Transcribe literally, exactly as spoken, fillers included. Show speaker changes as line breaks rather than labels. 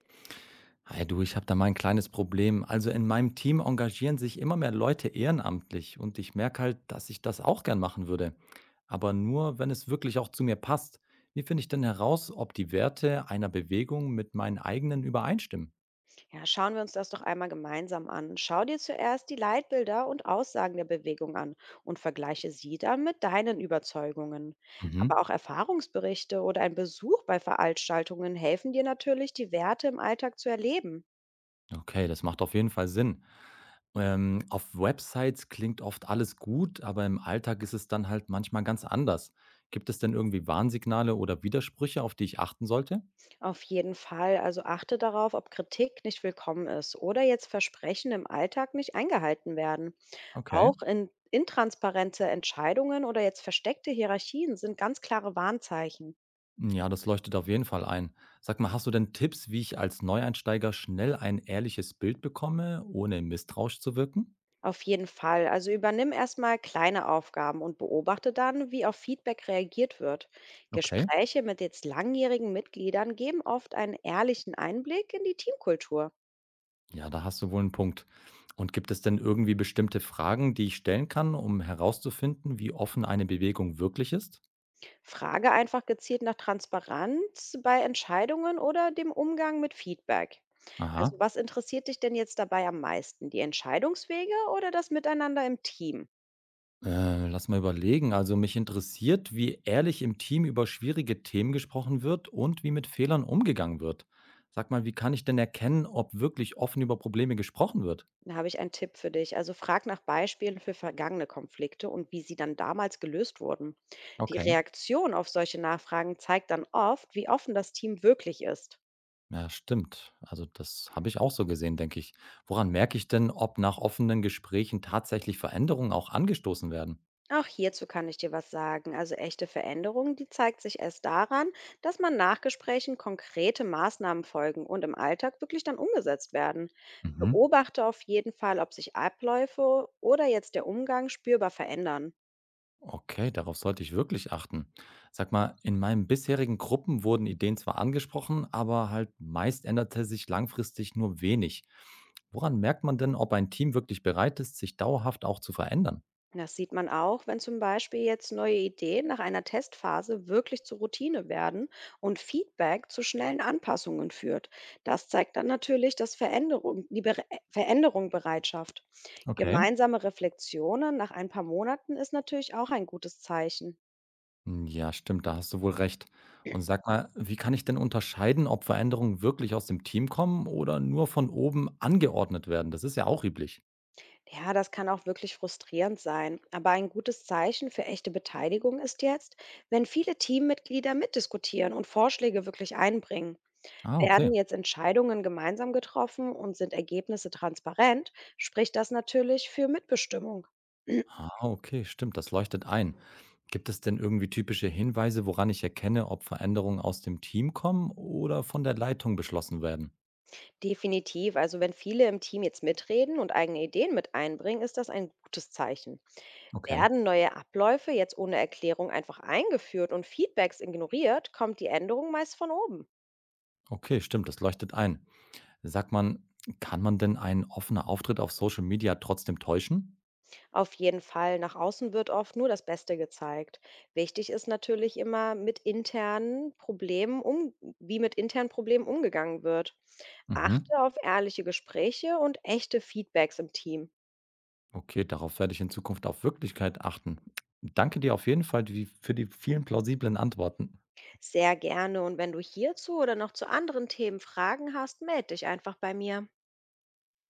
Hi du, ich habe da mal ein kleines Problem. Also in meinem Team engagieren sich immer mehr Leute ehrenamtlich und ich merke halt, dass ich das auch gern machen würde. Aber nur, wenn es wirklich auch zu mir passt. Wie finde ich denn heraus, ob die Werte einer Bewegung mit meinen eigenen übereinstimmen?
Ja, schauen wir uns das doch einmal gemeinsam an. Schau dir zuerst die Leitbilder und Aussagen der Bewegung an und vergleiche sie dann mit deinen Überzeugungen.
Mhm.
Aber auch Erfahrungsberichte oder ein Besuch bei Veranstaltungen helfen dir natürlich, die Werte im Alltag zu erleben.
Okay, das macht auf jeden Fall Sinn. Ähm, auf Websites klingt oft alles gut, aber im Alltag ist es dann halt manchmal ganz anders. Gibt es denn irgendwie Warnsignale oder Widersprüche, auf die ich achten sollte?
Auf jeden Fall, also achte darauf, ob Kritik nicht willkommen ist oder jetzt Versprechen im Alltag nicht eingehalten werden.
Okay.
Auch in intransparente Entscheidungen oder jetzt versteckte Hierarchien sind ganz klare Warnzeichen.
Ja, das leuchtet auf jeden Fall ein. Sag mal, hast du denn Tipps, wie ich als Neueinsteiger schnell ein ehrliches Bild bekomme, ohne misstrauisch zu wirken?
Auf jeden Fall. Also übernimm erstmal kleine Aufgaben und beobachte dann, wie auf Feedback reagiert wird.
Okay,
Gespräche mit jetzt langjährigen Mitgliedern geben oft einen ehrlichen Einblick in die Teamkultur.
ja, da hast du wohl einen Punkt. Und gibt es denn irgendwie bestimmte Fragen, die ich stellen kann, um herauszufinden, wie offen eine Bewegung wirklich ist?
Frage einfach gezielt nach Transparenz bei Entscheidungen oder dem Umgang mit Feedback. Also
Aha,
was interessiert dich denn jetzt dabei am meisten? Die Entscheidungswege oder das Miteinander im Team?
äh, lass mal überlegen. Also mich interessiert, wie ehrlich im Team über schwierige Themen gesprochen wird und wie mit Fehlern umgegangen wird. Sag mal, wie kann ich denn erkennen, ob wirklich offen über Probleme gesprochen wird?
Da habe ich einen Tipp für dich. Also frag nach Beispielen für vergangene Konflikte und wie sie dann damals gelöst wurden. Die
Okay.
Reaktion auf solche Nachfragen zeigt dann oft, wie offen das Team wirklich ist.
Ja, stimmt. Also das habe ich auch so gesehen, denke ich. Woran merke ich denn, ob nach offenen Gesprächen tatsächlich Veränderungen auch angestoßen werden?
Auch hierzu kann ich dir was sagen. Also echte Veränderung, die zeigt sich erst daran, dass man nach Gesprächen konkrete Maßnahmen folgen und im Alltag wirklich dann umgesetzt werden.
Mhm.
Beobachte auf jeden Fall, ob sich Abläufe oder jetzt der Umgang spürbar verändern.
Okay, darauf sollte ich wirklich achten. Sag mal, in meinen bisherigen Gruppen wurden Ideen zwar angesprochen, aber halt meist änderte sich langfristig nur wenig. Woran merkt man denn, ob ein Team wirklich bereit ist, sich dauerhaft auch zu verändern?
Das sieht man auch, wenn zum Beispiel jetzt neue Ideen nach einer Testphase wirklich zur Routine werden und Feedback zu schnellen Anpassungen führt. Das zeigt dann natürlich, dass Veränderung, die Bere Veränderung Bereitschaft.
Okay.
Gemeinsame Reflexionen nach ein paar Monaten ist natürlich auch ein gutes Zeichen.
Hm, ja, stimmt, da hast du wohl recht. Und sag mal, wie kann ich denn unterscheiden, ob Veränderungen wirklich aus dem Team kommen oder nur von oben angeordnet werden? Das ist ja auch üblich.
Ja, das kann auch wirklich frustrierend sein. Aber ein gutes Zeichen für echte Beteiligung ist jetzt, wenn viele Teammitglieder mitdiskutieren und Vorschläge wirklich einbringen.
Ah, okay.
Werden jetzt Entscheidungen gemeinsam getroffen und sind Ergebnisse transparent, spricht das natürlich für Mitbestimmung.
Ah, okay, stimmt, das leuchtet ein. Gibt es denn irgendwie typische Hinweise, woran ich erkenne, ob Veränderungen aus dem Team kommen oder von der Leitung beschlossen werden?
Definitiv, also wenn viele im Team jetzt mitreden und eigene Ideen mit einbringen, ist das ein gutes Zeichen.
Okay.
Werden neue Abläufe jetzt ohne Erklärung einfach eingeführt und Feedbacks ignoriert, kommt die Änderung meist von oben.
Okay, stimmt, das leuchtet ein. Sagt man, kann man denn einen offener Auftritt auf Social Media trotzdem täuschen?
Auf jeden Fall, nach außen wird oft nur das Beste gezeigt. Wichtig ist natürlich immer mit internen Problemen um, wie mit internen Problemen umgegangen wird.
Mhm.
Achte auf ehrliche Gespräche und echte Feedbacks im Team.
Okay, darauf werde ich in Zukunft auf Wirklichkeit achten. Danke dir auf jeden Fall die für die vielen plausiblen Antworten.
Sehr gerne und wenn du hierzu oder noch zu anderen Themen Fragen hast, melde dich einfach bei mir.